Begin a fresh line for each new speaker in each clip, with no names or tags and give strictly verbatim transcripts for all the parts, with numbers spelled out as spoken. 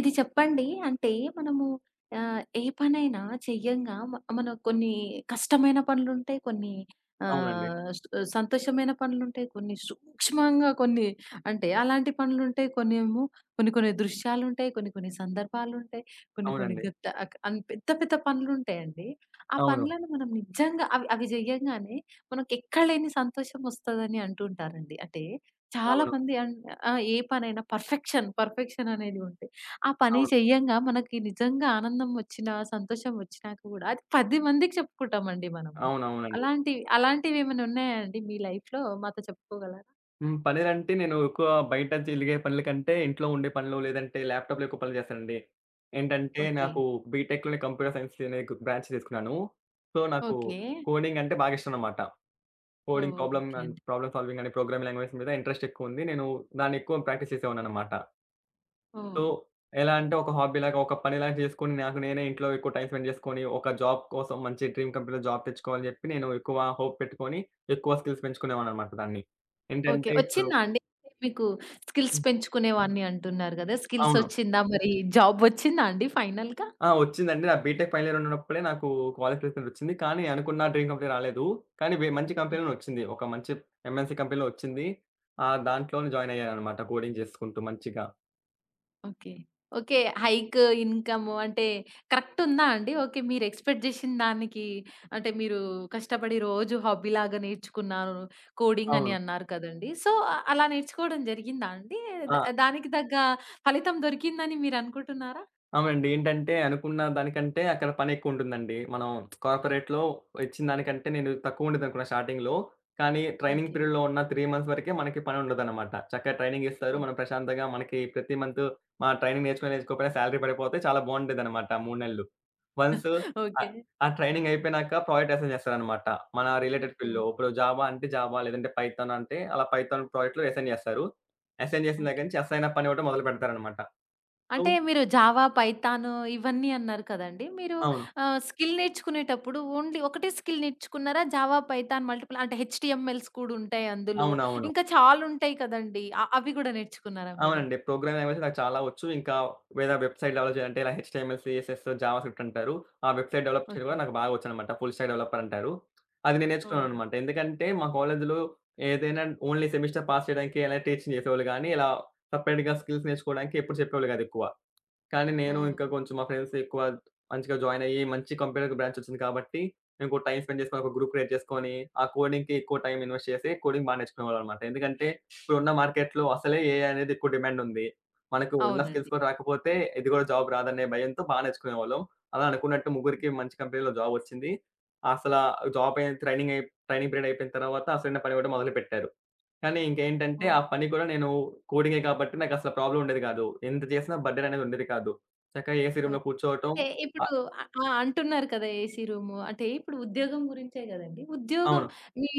ఇది చెప్పండి. అంటే మనము ఆహ్, ఏ పనైనా చెయ్యంగా మ మన కొన్ని కష్టమైన పనులుంటాయి. కొన్ని
అవునండి.
ఆహ్, స్ సంతోషమైన పనులుంటాయి. కొన్ని సూక్ష్మంగా కొన్ని అంటే అలాంటి పనులుంటాయి. కొన్నేమో కొన్ని ఏమో కొన్ని దృశ్యాలుంటాయి. కొన్ని కొన్ని సందర్భాలుంటాయి. కొన్ని కొన్ని
అవునండి.
గత్త అక్ అన్ పెద్ద పెద్ద పనులుంటాయండి. ఆ
అవును.
పనులను మనం నిజంగా అవి అవి జేయంగానే మనకెక్కడ లేని సంతోషం ఒస్తదని అంటూ ఉంటారండి. అంటే
అవును.
చాలామంది అన్ ఆ! ఏ పనైనా పర్ఫెక్షన్, పర్ఫెక్షన్ అనేది ఉంటే ఆ పని
అవును.
చెయ్యంగా మనకి నిజంగా ఆనందం వచ్చినా, సంతోషం వచ్చినా కూడా అది పది మందికి చెప్పుకుంటామండి మనము.
అవునవునండి.
అలాంటివి అలాంటివేమైనా ఉన్నాయా అండి మీ లైఫ్‌లో మాతో చెప్పుకోగలరా?
హ్మ్. పనేలంటే నేను ఎక్కువ బయట జరిగే పనుల కంటే ఇంట్లో ఉండే పనులు లేదంటే ల్యాప్‌టాప్‌లో ఎక్కువ పనులు చేస్తానండి. ఏంటంటే
ఓకే.
నాకు బీటెక్‌లోనే కంప్యూటర్ సైన్స్ అనే బ్రాంచ్ తీసుకున్నాను. సో, నాకు
ఓకే.
కోడింగ్ అంటే బాగా ఇష్టం అన్నమాట. కోడింగ్
ఓహ్!
ప్రాబ్లమ్
ఓకే
అండ్
అండి.
ప్రాబ్లమ్ సాల్వింగ్ అనే ప్రోగ్రామింగ్ లాంగ్వేజ్ మీద ఇంట్రెస్ట్ ఎక్కువ ఉంది. నేను దాన్ని ఎక్కువ ప్రాక్టీస్ చేసేవాడినన్నమాట. సో,
ఓహ్!
ఎలా అంటే ఒక హాబీలాగా, ఒక పనిలాగా చేసుకొని నాకు నేనే ఇంట్లో ఎక్కువ టైమ్ స్పెండ్ చేసుకొని, ఒక జాబ్ కోసం మంచి డ్రీమ్ కంపెనీలో జాబ్ తెచ్చుకోవాలని చెప్పి నేను ఎక్కువ హోప్ పెట్టుకొని, ఎక్కువ స్కిల్స్ పెంచుకునేవాడిననమాట దాన్ని.
ఓకే.
ఏంటంటే ఇప్పుడు
వచ్చిందా అండి? మీకు స్కిల్స్
హ్మ్.
పెంచుకునేవాడిని అంటున్నారు గదా! స్కిల్స్
అవును.
వచ్చిందా? మరి జాబ్ వచ్చిందా అండి ఫైనల్‌గా?
ఆ! వచ్చిందండి. నా బీటెక్ ఫైనల్ ఇయర్ ఉన్నప్పుడే నాకు కాలేజ్ ప్లేస్‌మెంట్ వచ్చింది. కానీ అనుకున్న డ్రీమ్ కంపెనీ రాలేదు. కానీ వే మంచి కంపెనీలోనే
ఓకే.
వచ్చింది. ఒక మంచి ఎంఎన్‌సీ కంపెనీలో వచ్చింది. ఆహ్, దాంట్లోనే జాయిన్ అయ్యాననమాట కోడింగ్ చేసుకుంటూ మంచిగా.
ఓకే. ఓకే. హైక్, ఇన్‌కమ్ అంటే కరెక్ట్ ఉందా అండి? ఓకే. మీరు ఎక్స్‌పెక్ట్ చేసిన దానికి అంటే మీరు కష్టపడి రోజు హాబీలాగా నేర్చుకున్నారు. కోడింగ్ అని
అవును.
అన్నారు కదండీ! సో, అలా నేర్చుకోవడం జరిగిందా అండి? ద
ఆ!
దానికి తగ్గ ఫలితం దొరికిందని మీరు అనుకుంటున్నారా?
అవునండి. ఏంటంటే అనుకున్న దానికంటే అక్కడ పనెక్కువుంటుందండి. మనం కార్పొరేట్‌లో ఇచ్చిన దానికంటే నేను తక్కువుండేదనుకున్నా స్టార్టింగ్‌లో. కానీ ట్రైనింగ్
ఓకే.
పీరియడ్‌లో ఉన్న మూడు మంత్స్ వరకే మనకి పనుండదనమాట. చక్కగా ట్రైనింగ్ ఇస్తారు.
ఓహ్!
మనం ప్రశాంతంగా మనకి ప్రతి మంత్ మన ట్రైనింగ్ నేర్చుకున్నా, నేర్చుకోకపోయినా సాలరీ పడిపోతే చాలా బావుండేదనమాట ఆ మూడు నెలలు. Once
okay.
ఆహ్, ఆ ట్రైనింగ్ అయిపోయినాక ప్రాజెక్ట్ అసైన్ చేస్తారనమాట. మన రిలేటెడ్
హ్మ్.
ఫీల్డ్‌లో. ఇప్పుడు జావా అంటే జావా, లేదంటే పైథాన్ అంటే అలా పైథాన్ ప్రాజెక్ట్‌లో అసైన్ చేస్తారు. అసైన్ చేసిన దగ్గర
ఓకే.
నుంచి అసైన్ పని ఇవ్వడం మొదలు పెడతారనమాట. సో
అంటే మీరు జావా, పైథాను ఇవన్నీ అన్నారు కదండీ! మీరు
అవును.
ఆహ్, స్కిల్ నేర్చుకునేటప్పుడు ఓన్లీ ఒకటే స్కిల్ నేర్చుకున్నారా? జావా, పైథాన్ మల్టిపుల్ అంటే హెచ్‌టీఎంఎల్స్ కూడా ఉంటాయి అందులో.
అవునవును.
ఇంకా చాలుంటాయి కదండీ! అ అవి గూడా నేర్చుకున్నారా మీరు?
అవునండి. ప్రోగ్రామింగ్ లాంగ్వేజెస్ నాకు చాలా వచ్చు. ఇంకా వేరే వెబ్‌సైట్ డెవలప్ చేయాలంటే ఇలా హెచ్‌టీఎంఎల్, సీఎస్ఎస్, జావాస్క్రిప్ట్ అంటారు. ఆ వెబ్‌సైట్ డెవలప్ చేయడం కూడా
ఓకే.
నాకు బాగా వచ్చనమాట. ఫుల్ స్టాక్ డెవలపర్ అంటారు. అది నేను
ఓహ్!
నేర్చుకున్నాననమాట. ఎందుకంటే మా కాలేజీలో ఏదైనా ఓన్లీ సెమిస్టర్ పాస్ చేయడానికి అలా టీచింగ్ చేసేవాళ్ళు గానీ, ఇలా సెపరేట్‌గా స్కిల్స్ నేర్చుకోవడానికి ఎప్పుడు చెప్పేవాళ్ళు కాదు ఎక్కువ. కానీ నేను
ఓహ్!
ఇంకా కొంచెం మా ఫ్రెండ్స్ ఎక్కువ మంచిగా జాయిన్ అయ్యి, మంచి కంప్యూటర్ బ్రాంచ్ వచ్చింది కాబట్టి, మేము కూడా టైమ్ స్పెండ్ చేసుకొని ఒక గ్రూప్ క్రియేట్ చేసుకొని, ఆ కోడింగ్‌కి ఎక్కువ టైమ్ ఇన్వెస్ట్ చేసి కోడింగ్ బా నేర్చుకునేవాళ్ళమన్నమాట. ఎందుకంటే ఇప్పుడున్న మార్కెట్‌లో అసలే ఏఐ అనేది ఎక్కువ డిమాండ్ ఉంది. మనకు ఉన్న స్కిల్స్
అవునండి.
కూడా రాకపోతే ఇది కూడా జాబ్ రాదనే భయంతో బా నేర్చుకునేవాళ్ళం. అలా అనుకున్నట్టు ముగ్గురికి మంచి కంపెనీలో జాబ్ వచ్చింది. అసల జాబ్ అయి ట్రైనింగ్ అయి ట్రైనింగ్ పీరియడ్ అయిపోయిన తర్వాత అసలైన పని ఇవ్వడం మొదలుపెట్టారు. కానీ ఇంకేంటంటే,
ఓహ్!
ఆ పని కూడా నేను కోడింగే కాబట్టి నాకసల ప్రాబ్లమ్ ఉండేది కాదు. ఎంత చేసినా బర్డెన్ అనేది ఉండేది కాదు. చక్కగా ఏసీ రూమ్‌లో
ఓకే.
కూర్చోవటం
అంటే ఇప్పుడు
ఆహ్,
ఆహ్, ఆ! అంటున్నారు కదా! AC room. అంటే ఇప్పుడు ఉద్యోగం గురించే గదండీ. ఉద్యోగం
అవును.
మీ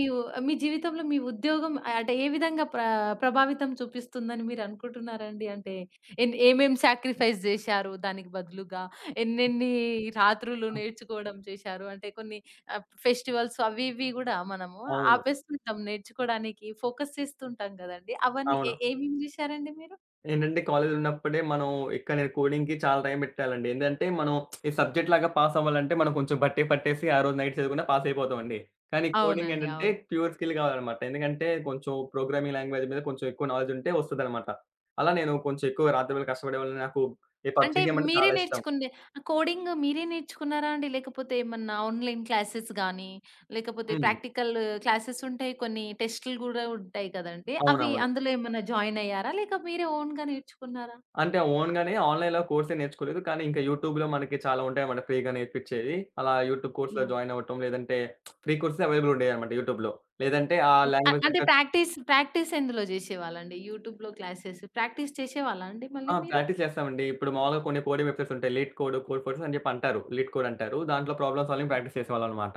మీ జీవితంలో మీ ఉద్యోగం అంటే ఏ విధంగా ప్ర ప్రభావితం చూపిస్తుందని మీరు అనుకుంటున్నారండి? అంటే ఎన్ ఏమేం సాక్రిఫైస్ జేశారు దానికి బదులుగా? ఎన్నెన్ని రాత్రులు నేర్చుకోవడం చేశారు? అంటే కొన్ని ఆహ్, ఫెస్టివల్స్ అవి ఇవి గూడా మనము
అవును.
ఆపేస్తుంటాం నేర్చుకోవడానికి. ఫోకస్ చేస్తుంటాం గదండీ. అవన్నీ
అవును.
ఏ ఏమేమి జేశారండి మీరు?
ఏంటంటే కాలేజ్‌లో ఉన్నప్పుడే మనం ఇక్కడ నేను కోడింగ్‌కి చాలా టైం పెట్టాలండి. ఏందంటే మనం ఈ సబ్జెక్ట్ లాగా పాస్ అవ్వాలంటే మనం కొంచెం బట్టే పట్టేసి ఆ రోజు నైట్ చదువుకున్న పాస్ అయిపోతామండి. కానీ కోడింగ్
అవునండి.
ఏంటంటే
అవును.
ప్యూర్ స్కిల్ కావాలనమాట. ఎందుకంటే కొంచెం ప్రోగ్రామింగ్ లాంగ్వేజ్ మీద కొంచెం ఎక్కువ నాలెడ్జ్ ఉంటే వస్తదనమాట. అలా నేను కొంచెం ఎక్కువ రాత్రి వేళ కష్టపడేవాడిని. నాకు ఈ పబ్‌జీ
అంటే
గేమ్ అంటే
మీరే
చాలా ఇష్టం.
నేర్చుకుంది ఆ కోడింగ్ మీరే నేర్చుకున్నారా అండి? లేకపోతే ఏమన్నా ఆన్‌లైన్ క్లాసెస్ గానీ, లేకపోతే
హ్మ్.
ప్రాక్టికల్ క్లాసెస్ ఉంటాయి. కొన్ని టెస్టులు గూడా ఉంటాయి కదండీ! అవి
అవునవును.
అందులో ఏమన్నా జాయిన్ అయ్యారా? లేక మీరే ఓన్‌గా నేర్చుకున్నారా?
అంటే ఓన్‌గానే ఆన్‌లైన్‌లో కోర్సే నేర్చుకోలేదు. కానీ ఇంకా యూట్యూబ్‌లో మనకి చాలా ఉంటాయన్నమాట ఫ్రీగా నేర్పించేవి. అలా యూట్యూబ్ కోర్స్‌లో
హ్మ్.
జాయిన్ అవ్వటం, లేదంటే ఫ్రీ కోర్సెస్ అవైలబుల్ ఉండేయన్నమాట యూట్యూబ్‌లో. లేదంటే ఆ
ఓకే. అ
లాంగ్వేజ్
అంటే
దగ్గర
ప్రాక్టీస్, ప్రాక్టీస్ ఎందులో జేసేవాళ్ళండి? యూట్యూబ్‌లో క్లాసెస్ ప్రాక్టీస్ చేసేవాళ్ళా అండి
ఆ!
మళ్ళీ మీరు?
ప్రాక్టీస్ చేస్తామండి. ఇప్పుడు మామూలుగా కొన్ని కోడింగ్ వెబ్‌సైట్స్ ఉంటాయి. లీడ్ కోడ్, కోడ్ ఫోర్సెస్ అని చెప్పి అంటారు. లీడ్ కోడ్ అంటారు. దాంట్లో ప్రాబ్లమ్ సాల్వింగ్ ప్రాక్టీస్ చేసేవాళ్ళన్నమాట.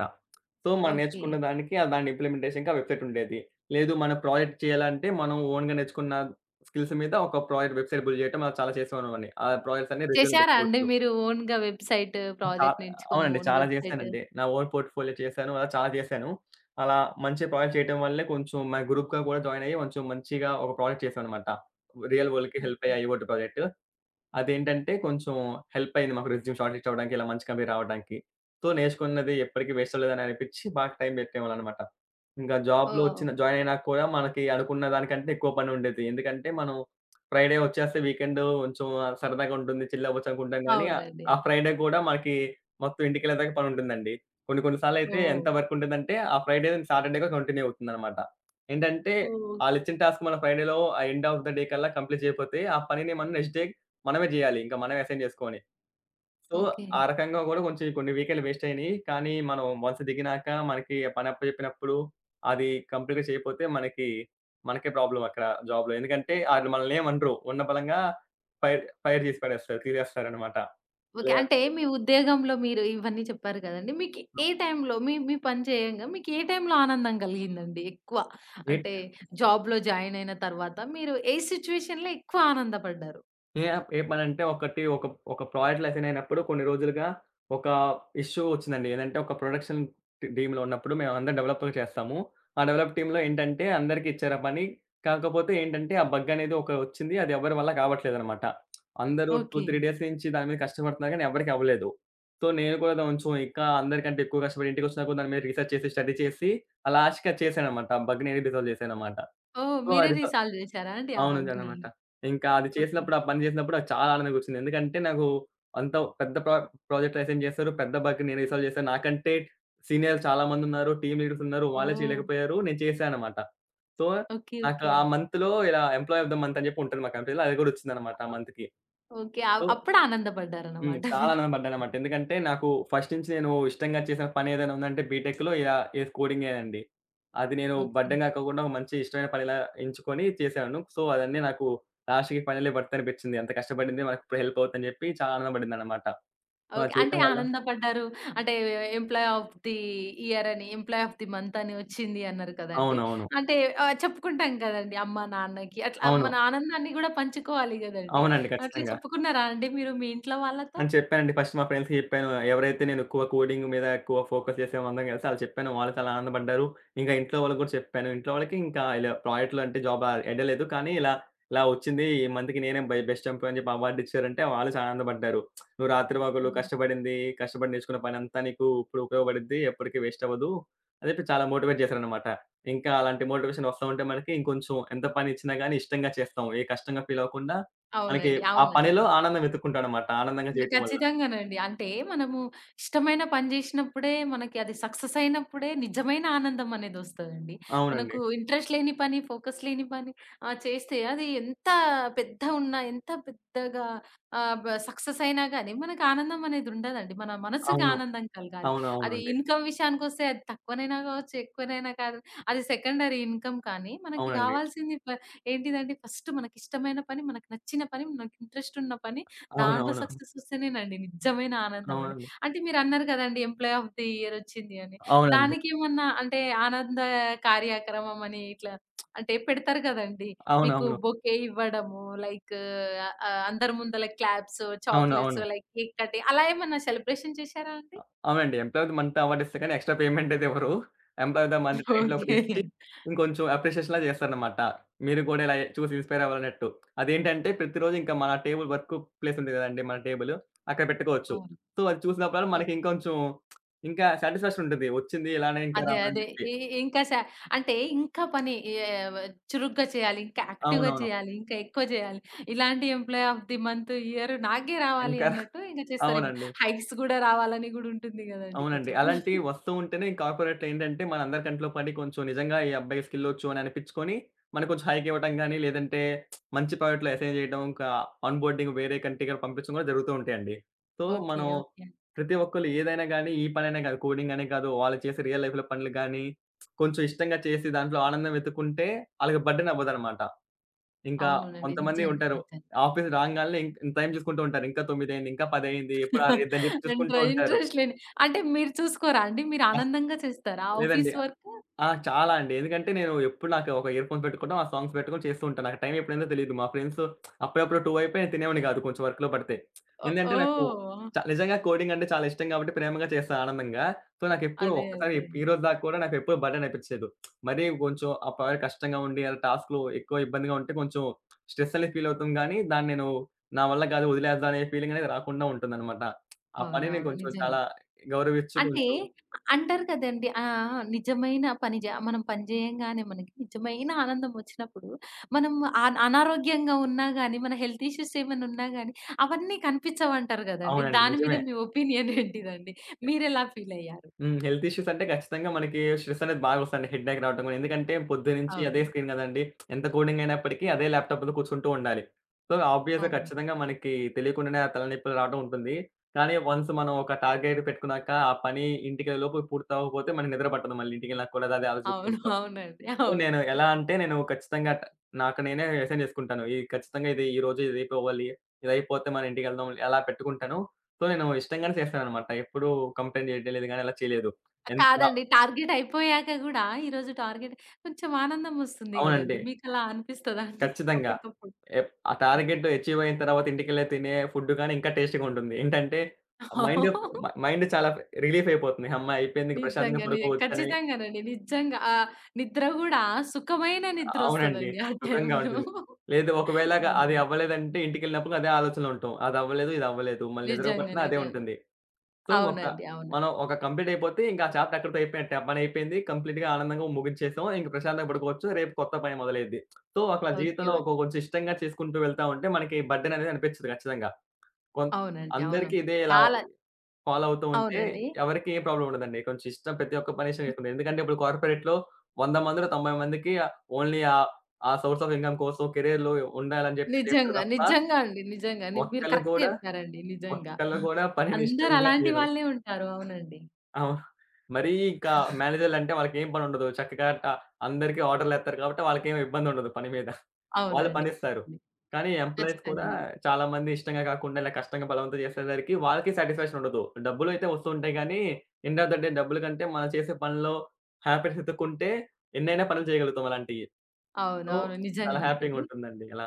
సో, మనం
ఓకే.
నేర్చుకున్న దానికి ఆహ్, దాని ఇంప్లిమెంటేషన్‌కి ఆ వెబ్‌సైట్ ఉండేది. లేదు మనం ప్రాజెక్ట్ చేయాలంటే మనం ఓన్‌గా నేర్చుకున్న స్కిల్స్ మీద ఒక ప్రాజెక్ట్ వెబ్‌సైట్ బిల్డ్ చేయటం అలా చాలా చేసేవాడిని. ఆ ప్రాజెక్ట్స్ అన్ని రెజ్యూమ్‌లో
చేశారా అండి
పెట్టుకోవచ్చు.
మీరు ఓన్‌గా వెబ్‌సైట్
చా
ప్రాజెక్ట్ నేర్చుకొని
అవునండి.
ఓన్
చాలా
వెబ్‌సైట్?
చేశానండి. నా ఓన్ పోర్ట్‌ఫోలియో చేశాను. అలా చాలా చేశాను. అలా మంచి ప్రాజెక్ట్ చేయటం వల్లే కొంచెం మా గ్రూప్‌గా కూడా జాయిన్ అయ్యి కొంచెం మంచిగా ఒక ప్రాజెక్ట్ చేశామనమాట. రియల్ వరల్డ్‌కి హెల్ప్
ఓకే.
అయ్యే ఐఓటీ ప్రాజెక్ట్. అదేంటంటే కొంచెం హెల్ప్ అయింది మాకు రెస్యూమ్ షార్ట్ లిస్ట్ అవ్వడానికి, ఇలా మంచి కంపెనీ రావడానికి. సో, నేర్చుకున్నది ఎప్పటికి వేస్ట్ అవ్వలేదని అనిపించి బాగా టైం పెట్టేవాళ్ళనమాట. ఇంకా జాబ్‌లో
ఓహ్!
వచ్చిన జాయిన్ అయినా కూడా మనకి అనుకున్న దానికంటే ఎక్కువ పని ఉండేది. ఎందుకంటే మనం ఫ్రైడే వచ్చేస్తే వీకెండ్ కొంచెం సరదాగా ఉంటుంది, చిల్ అవ్వచ్చు అనుకుంటాం గానీ
అవునండి.
ఆ ఫ్రైడే గూడా మనకి మొత్తం ఇంటికెళ్ళేదాకా పనుంటుందండి. కొన్ని కొన్ని సార్లయితే ఎంత
ఓహ్!
వర్క్ ఉంటదంటే, ఆ ఫ్రైడే సాటర్డేగా కంటిన్యూ అవుతుందనమాట. ఏంటంటే,
ఓహ్!
ఆళ్ళిచ్చిన టాస్క్ మన ఫ్రైడేలో ఆ ఎండ్ ఆఫ్ ద డే కల్లా కంప్లీట్ చేయపోతే, ఆ పనిని మనం నెక్స్ట్ డే మనమే జేయాలి. ఇంకా మనమే అసైన్ జేసుకొని. So,
okay.
ఆ రకంగా గూడా కొంచెం కొన్ని వీకెండ్‌లు వేస్ట్ అయినియి. కానీ, మనం వన్స్ దిగినాక మనకి పని అప్పజెప్పినప్పుడు, అది కంప్లీట్‌గా చేయపోతే మనకి, మనకే ప్రాబ్లమ్ అక్కడ జాబ్‌లో. ఎందుకంటే, ఆళ్ళు మనల్నేమనరు. ఉన్న పళంగా ఫైర్ ఫైర్ జేసి పడేస్తారు. తీసేస్తారనమాట.
ఓకే.
లే
అంటే మీ ఉద్యోగంలో మీరు ఇవన్నీ చెప్పారు కదండీ. మీకు ఏ టైంలో మీ మీ పని చేయంగా మీకు ఏ టైంలో ఆనందం కలిగిందండి ఎక్కువ?
ఏ
అంటే జాబ్‌లో జాయిన్ అయిన తర్వాత మీరు ఏ సిట్యుయేషన్‌లో ఎక్కువ ఆనందపడ్డారు?
ఏ యాప్ ఏ పనంటే ఒకటి ఒక ఒక ప్రాజెక్ట్‌లో అసైన్ అయినప్పుడు కొన్ని రోజులుగా ఒక ఇష్యూ వచ్చిందండి. ఏదంటే ఒక ప్రొడక్షన్ టీ టీమ్‌లో ఉన్నప్పుడు మేమందరం డెవలప్‌లు చేస్తాము. ఆ డెవలప్ టీమ్‌లో ఏంటంటే అందరికి ఇచ్చారు ఆ పని. కాకపోతే ఏంటంటే ఆ బగ్ అనేది ఒక వచ్చింది. అది ఎవ్వరి వల్ల కావట్లేదనమాట. అందరూ రెండు,
ఓకే.
మూడు డేస్ నుంచి దాని మీద కష్టపడుతున్నారు కానీ ఎవరికీ అవ్వలేదు. సో, నేను కూడా కొంచెం ఇంకా అందరికంటే ఎక్కువ కష్టపడి ఇంటికొచ్చినా కూడా దాని మీద రీసెర్చ్ చేసి, స్టడీ చేసి ఆ లాస్ట్‌కి అది చేశాననమాట. ఆ బగ్‌ని అనేది రిజాల్వ్ చేశాననమాట.
ఓహ్!
సో, ఆ
మీరే
రిజా
రీసాల్వ్ చేశారా అండి ఆ బగ్‌ని?
అవునుదనమాట. ఇంకా అది
ఓకే.
చేసినప్పుడు, ఆ పని చేసినప్పుడు నాకు చాలా ఆనందంగొచ్చింది. ఎందుకంటే నాకు అంత పెద్ద ప్రా ప్రాజెక్ట్ అసైన్ చేశారు. పెద్ద బగ్ నేనే రిసాల్వ్ చేశాను. నాకంటే సీనియర్లు చాలా మందున్నారు. టీమ్ లీడర్స్ ఉన్నారు. వాళ్ళే
ఓహ్!
చేయలేకపోయారు. నేను చేశాననమాట. So,
okay.
నాకు
ఓకే.
ఆ మంత్‌లో ఇలా ఎంప్లాయీ ఆఫ్ ద మంత్ అని జెప్పి ఉంటది మా కంపెనీలో. అది గూడా ఒచ్చిందనమాట ఆ మంత్‌కి.
ఓకే. అ
సో
అప్పుడు
హ్మ్.
ఆనందపడ్డారన్నమాట
చాలా
మీరు.
ఆనందపడ్డానన్నమాట. ఎందుకంటే, నాకు ఫస్ట్ నుంచి నేను ఇష్టంగా చేసిన పనేదైనా ఉందంటే బీటెక్‌లో ఇలా ఏ కోడింగేనండి. అది నేను
ఓకే.
బడ్డంగా కాకుండా ఒక మంచి ఇష్టమైన పనిలా ఎంచుకొని చేశాను. సో, అదన్నీ నాకు లాస్ట్‌కి ఫైనల్లీ వర్త్ అనిపిచ్చింది. అంత కష్టపడింది మనకిప్పుడు హెల్ప్ అవుద్దని జెప్పి చాలా ఆనందపడిందన్నమాట. So,
okay.
అది
అంటే
చేయటం వల్ల
ఆనందపడ్డారు. అంటే ఎంప్లాయ్ ఆఫ్ ది ఇయర్ అని, ఎంప్లాయ్ ఆఫ్ ది మంత్ అని వచ్చింది అన్నారు కదండీ!
అవునవును.
అంటే ఆహ్, చెప్పుకుంటాం కదండీ అమ్మ, నాన్నకి. అట్లా
అవును.
మన ఆనందాన్ని గూడా పంచుకోవాలి గదండీ!
అవునండి.
అట్లా
ఖచ్చితంగా.
చెప్పుకున్నారా అండి మీరు మీ ఇంట్లో వాళ్ళతో?
అని చెప్పానండి. ఫస్ట్ మా ఫ్రెండ్స్‌కి చెప్పాను. ఎవరైతే నేను ఎక్కువ కోడింగ్ మీద ఎక్కువ ఫోకస్ చేసామో అందరం కలిసి ఆళ్ళకి చెప్పాను. వాళ్ళు చాలా ఆనందపడ్డారు. ఇంకా ఇంట్లో వాళ్ళకి గూడా చెప్పాను. ఇంట్లో వాళ్ళకి ఇంకా ఇలా ప్రాజెక్ట్‌లో అంటే జాబ్ ఆహ్, ఎళ్ళలేదు. కానీ ఇలా, ఇలా వచ్చింది. ఈ మంత్‌కి నేనే బై బెస్ట్ ఎంప్లాయ్ అని చెప్పి అవార్డ్ ఇచ్చారంటే వాళ్ళు చాలా ఆనందపడ్డారు. "నువ్వు రాత్రి పగలు
హ్మ్.
కష్టపడింది, కష్టపడి నేర్చుకున్న పనంతా నీకు ఇప్పుడు ఉపయోగపడిద్ది. ఎప్పటికి వేస్ట్ అవ్వదు" అని చెప్పి చాలా మోటివేట్ చేశారనమాట. ఇంకా అలాంటి మోటివేషన్ వస్తా ఉంటే మనకి ఇంకొంచెం ఎంత పని ఇచ్చినా గానీ ఇష్టంగా చేస్తాం. ఏ కష్టంగా ఫీల్ అవ్వకుండా మనకి
అవునండి.
ఆ పనిలో
అవునండి.
ఆనందం వెతుక్కుంటాడన్నమాట. ఆనందంగా
హ్మ్.
చేయటం వల్ల.
ఖచ్చితంగానండి. అంటే మనము ఇష్టమైన పని జేసినప్పుడే మనకి అది సక్సెస్ అయినప్పుడే నిజమైన ఆనందం అనేదొస్తదండి.
అవునండి.
మనకు ఇంట్రెస్ట్ లేని పని, ఫోకస్ లేని పని ఆహ్, చేస్తే అది ఎంత పెద్ద ఉన్నా, ఎంత పెద్దగా ఆహ్, బ సక్సెస్ అయినా గానీ మనకు ఆనందం అనేది ఉండదండి. మన మనసుకి
అవును.
ఆనందం కలగాలి. అది
అవునవునండి.
ఇన్‌కమ్ విషయానికొస్తే అది తక్కువనైనా గావచ్చు, ఎక్కువనైనా కాదు అది సెకండరీ ఇన్‌కమ్ కానీ మనకి
అవునండి.
గావాల్సింది ప ఏంటిదంటే ఫస్ట్ మనకిష్టమైన పని, మనకు నచ్చిన పని, మనకి ఇంట్రెస్ట్ ఉన్న పని
అవునండి.
దాంట్లో
అవునవును.
సక్సెస్ వస్తేనేనండి నిజమైన ఆనందమండి.
అవునండి.
అంటే మీరన్నారు కదండీ! ఎంప్లాయ్ ఆఫ్ ది ఇయర్ వచ్చింది అని.
అవునండి.
దానికేమన్నా అంటే ఆనంద కార్యక్రమం అని ఇట్లా అంటే పెడతారు కదండీ! మీకు
అవునవును.
బొకే ఇవ్వడము, లైక్ ఆహ్, ఆహ్, అందరి ముందల క్లాప్స్, చాక్లేట్స్,
అవునవును.
లైక్ కేక్ కటింగ్ అలా ఏమన్నా సెలబ్రేషన్ చేశారా అండి?
అవునండి. Employee of the month award ఇస్తే గాని ఎక్స్‌ట్రా పేమెంట్ అయితే ఇవ్వరు. Employee of the month title
okay.
ఒకటిచ్చి ఇంకొంచెం అప్రిషియేషన్‌లా చేస్తారన్నమాట. మీరు కూడా ఇలా చూసి ఇన్‌స్పైర్ అవ్వాలన్నట్టు. అదేంటంటే ప్రతిరోజు ఇంకా మన టేబుల్ వర్క్ ప్లేస్ ఉంది కదండీ! మన టేబుల్ అక్కడ పెట్టుకోవచ్చు.
అవును.
సో, అది చూసినప్పుడల్లా మనకి ఇంకొంచెం ఇంకా సాటిస్‌ఫాక్షన్ ఉంటది. వచ్చింది ఇలానే ఇంకా
అదే.
రావాలని
అదే.
చెప్పి.
ఇ ఇంకా సా అంటే ఇంకా పని ఏవ్ చురుగ్గా చేయాలి. ఇంకా యాక్టివ్‌గా
అవునవును.
చేయాలి. ఇంకా ఎక్కువ చేయాలి. ఇలాంటి employee of the month, year నాకే రావాలి
ఇంకా
అన్నట్టు ఇంక చేస్తారేమో.
అవునండి.
హైక్స్ గూడా రావాలని గూడా ఉంటుంది గదండీ
అవునండి.
కొంచెం.
అలాంటివి వస్తూ ఉంటేనే కార్పొరేట్‌లో ఏంటంటే మనందరి కంట్లో పడి కొంచెం నిజంగా ఈ అబ్బాయికి స్కిలొచ్చు అని అనిపిచ్చుకొని, మనకు కొంచెం హైక్ ఇవ్వటం గాని, లేదంటే మంచి ప్రాజెక్ట్‌లో అసైన్ చేయడం, ఇంకా ఆన్ బోర్డింగ్ వేరే కంట్రీ‌కి పంపించడం కూడా జరుగుతూ ఉంటాయండి. So,
okay.
మనం
ఓకే.
ప్రతి ఒక్కళ్ళు ఏదైనా గాని, ఈ పననే కాదు కోడింగ్ అనే కాదు, వాళ్ళు చేసే రియల్ లైఫ్‌లో పనులు గాని, కొంచెం ఇష్టంగా చేసి దాంట్లో ఆనందం వెతుక్కుంటే ఆళ్ళకి బర్డెన్ అవ్వదనమాట. ఇంకా
అవునునండి.
కొంతమంది
నిజంగా.
ఉంటారు.
నిజంగా.
ఆఫీస్ రాంగాల్నే ఇం టైం చూసుకుంటూ ఉంటారు. ఇంకా తొమ్మిది అయింది, ఇంకా పది అయింది, ఎప్పుడు ఆరు అయిద్దని చెప్పి
ఇంట్ర
చూసుకుంటూ ఉంటారు.
ఇంట్రెస్ట్ లేని అంటే మీరు చూసుకోరా అండి? మీరు ఆనందంగా చేస్తారా
లేదండి.
Office work?
ఆ! చాలా అండి. ఎందుకంటే నేను ఎప్పుడు నాకు ఒక ఇయర్ ఫోన్స్ పెట్టుకోవడం, ఆ సాంగ్స్ పెట్టుకొని చేస్తూ ఉంటాను. నాకు టైం ఎప్పుడైందో తెలీదు. మా ఫ్రెండ్స్ అప్పుడప్పుడు రెండు అయిపోయి నేను తినేవాడిని కాదు కొంచెం వర్క్‌లో పడితే.
ఓహ్!
ఏందంటే నాకు
ఓహ్!
చ నిజంగా కోడింగ్ అంటే చాలా ఇష్టం కాబట్టి ప్రేమగా చేస్తా ఆనందంగా. సో, నాకెప్పుడు
అదే.
ఒక్కసారి
అదే.
ఈరోజు దాకా కూడా నాకెప్పుడు బర్డెన్ అనిపించలేదు. మరీ కొంచెం ఆ ప్రాజెక్ట్ కష్టంగా ఉండి, ఆ టాస్క్‌లు ఎక్కువ ఇబ్బందిగా ఉంటే కొంచెం స్ట్రెస్ అనేది ఫీల్ అవుతాం కానీ, దాన్ని నేను నా వల్ల కాదు వదిలేద్దాం అనే ఫీలింగ్ అనేది రాకుండా ఉంటుందన్నమాట. ఆ పనిని
అవునవును.
కొంచెం
నిజంగా.
చాలా గౌరవించి
అంటే
కొంచెం
అంటారు కదండీ! ఆహ్, నిజమైన పని జ మనం పని జేయంగానే మనకి నిజమైన ఆనందం వచ్చినప్పుడు, మనం అన్ అనారోగ్యంగా ఉన్నా గాని, మన హెల్త్ ఇష్యూస్ ఏమైనా ఉన్నా గాని, అవన్నీ కనిపించవంటారు గదండీ!
అవునండి.
దాని
నిజమే.
మీద మీ ఒపీనియన్ ఏంటిదండి? మీరెలా ఫీల్ అయ్యారు?
హ్మ్. హెల్త్ ఇష్యూస్ అంటే ఖచ్చితంగా మనకి స్ట్రెస్ అనేది బాగా వస్తదండి. హెడ్‌ఏక్ రావటం గాని, ఎందుకంటే పొద్దున్నుంచి అదే
అవునండి.
స్క్రీన్ గదండీ! ఎంత కోడింగ్ అయినప్పటికీ అదే ల్యాప్‌టాప్ ముందు కూర్చుంటూ ఉండాలి. సో, ఆబ్వియస్‌గా
అవును.
ఖచ్చితంగా మనకి తెలియకుండానే ఆ తలనొప్పులు రావడం ఉంటుంది. కానీ వన్స్ మనం ఒక టార్గెట్ పెట్టుకున్నాక, ఆ పని ఇంటికెళ్ళే లోపు పూర్తవ్వకపోతే మనకి నిద్ర పట్టదు మళ్ళీ ఇంటికెళ్ళినాక కూడా అదే ఆలోచిస్తూ
అవును.
ఉంటాం.
అవునండి. అవును.
నేను ఎలా అంటే నేను ఖచ్చితంగా ట నాకు నేనే అసైన్ చేసుకుంటాను. ఇది ఖచ్చితంగా ఇది ఈరోజు ఇది అయిపోవాలి. ఇది అయిపోతే మన ఇంటికెళ్దాం అలా పెట్టుకుంటాను. సో, నేను ఇష్టంగానే చేస్తాననమాట. ఎప్పుడూ కంప్లెయింట్ చేయలేదు గానీ, అలా చేయలేదు. ఎంత
కాదండి. టార్గెట్ అయిపోయాక గూడా ఈరోజు టార్గెట్ కొంచెం ఆనందం వస్తుంది
అవునండి.
గదండీ! మీకలా అనిపిస్తదా అండి?
ఖచ్చితంగా.
అప్పటికప్పుడు?
ఎప్ ఆ టార్గెట్ అచీవ్ అయిన తర్వాత ఇంటికెళ్ళి తినే ఫుడ్ గానీ ఇంకా టేస్టీగా ఉంటుంది. ఏంటంటే
ఓకే.
మైండ్ మైండ్ చాలా రిలీఫ్ అయిపోతుంది. హమ్మా! అయిపోయింది. ఇంక ప్రశాంతంగా
నిజంగానే.
పడుకోవచ్చు అనే
ఖచ్చితంగానండి. నిజంగా. ఆ నిద్ర గూడా సుఖమైన
అవునండి.
నిద్రొస్తదండి ఆ
సుఖంగా
టైంలో.
ఉంటుంది. లేదు ఒకవేళగా అది
అవునండి.
అవ్వలేదంటే ఇంటికెళ్ళినప్పుడు అదే ఆలోచనలో ఉంటాం. అదవ్వలేదు, ఇదవ్వలేదు. మళ్ళీ
నిజంగా.
ఎదురుపట్ల అదే
నిజంగా.
ఉంటుంది. సో, ఒక
అవునండి. అవును.
మనం ఒక కంప్లీట్ అయిపోతే ఇంక ఆ చాప్టర్ అక్కడితో అయిపోయినట్టే. ఆ పనయిపోయింది. కంప్లీట్‌గా ఆనందంగా ముగించేసాం. ఇంక ప్రశాంతంగా పడుకోవచ్చు. రేపు కొత్త పని మొదలైద్ది. సో, అట్లా
ఓకే. ఓకే.
జీవితంలో ఒక కొంచెం ఇష్టంగా చేసుకుంటూ వెళ్తా ఉంటే మనకి బర్డెన్ అనేది అనిపించదు ఖచ్చితంగా. కొన్
అవునండి. అవును.
అందరికీ ఇదే ఇలా
చాలా
ఫాలో అవుతూ ఉంటే
అవునండి.
ఎవరికీ ఏ ప్రాబ్లమ్ ఉండదండి. కొంచెం ఇష్టం ప్రతి ఒక్క పని ఇష్టం చేసుకుంటారు. ఎందుకంటే ఇప్పుడు కార్పొరేట్‌లో వంద మందిలో తొంభై మందికి ఓన్లీ ఆహ్, ఆ సోర్స్ ఆఫ్ ఇన్‌కమ్ కోసం కెరియర్‌లో ఉండాలని జెప్పి చేస్తారు
నిజంగా.
తప్ప
నిజంగా అండి. నిజంగా. ని మీరు
ఒక్కళ్ళు
కరెక్ట్
గూడా,
చెప్పారండి. నిజంగా.
ఒక్కళ్ళు గూడా పనిని
అందరూ
ఇష్టంగా
అలాంటి
చేయరు.
వాళ్ళే ఉంటారు. అవునండి.
అవును. మరీ ఇంకా మేనేజర్‌లంటే వాళ్ళకేం పనుండదు. చక్కగా ట అందరికీ ఆర్డర్‌లేత్తారు కాబట్టి వాళ్ళకేమి ఇబ్బందుండదు పని మీద. వాళ్ళు
అవునండి.
పనిస్తారు. కానీ ఎంప్లాయీస్ కూడా
ఖచ్చితంగానండి.
చాలామంది ఇష్టంగా కాకుండా ఇలా కష్టంగా బలవంతం చేసేసరికి వాళ్ళకి సాటిస్ఫాక్షన్ ఉండదు. డబ్బులైతే వస్తుంటాయి గానీ, ఎండ్ ఆఫ్ ద డే డబ్బుల కంటే మనం చేసే పనిలో హ్యాపీనెస్ ఎతుక్కుంటే ఎన్నైనా పనులు చేయగలుగుతాం అలాంటియి. సో,
అవునవును.
చాలా
నిజంగానండి.
హ్యాపీగుంటుందండి అలా.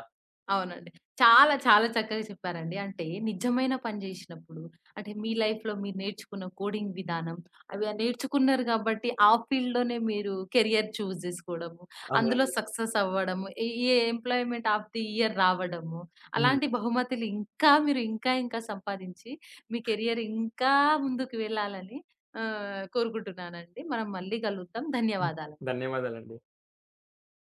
అవునండి. చాలా, చాలా చక్కగా చెప్పారండి. అంటే నిజమైన పని జేసినప్పుడు అంటే మీ లైఫ్‌లో మీరు నేర్చుకున్న కోడింగ్ విధానం, అవి ఆ నేర్చుకున్నారు గాబట్టి ఆ ఫీల్డ్‌లోనే మీరు కెరియర్ చూజ్ జేసుకోవడము, అందులో
అవునండి.
సక్సెస్ అవ్వడము, ఈ ఈ ఎంప్లాయ్‌మెంట్ ఆఫ్ ది ఇయర్ రావడము,
హ్మ్.
అలాంటి బహుమతులు ఇంకా మీరు ఇంకా, ఇంకా సంపాదించి మీ కెరియర్ ఇంకా ముందుకు వెళ్ళాలని ఆహ్, కోరుకుంటున్నానండి. మనం మళ్ళీ కలుద్దాం.
హ్మ్.
ధన్యవాదాలు.
ధన్యవాదాలండి.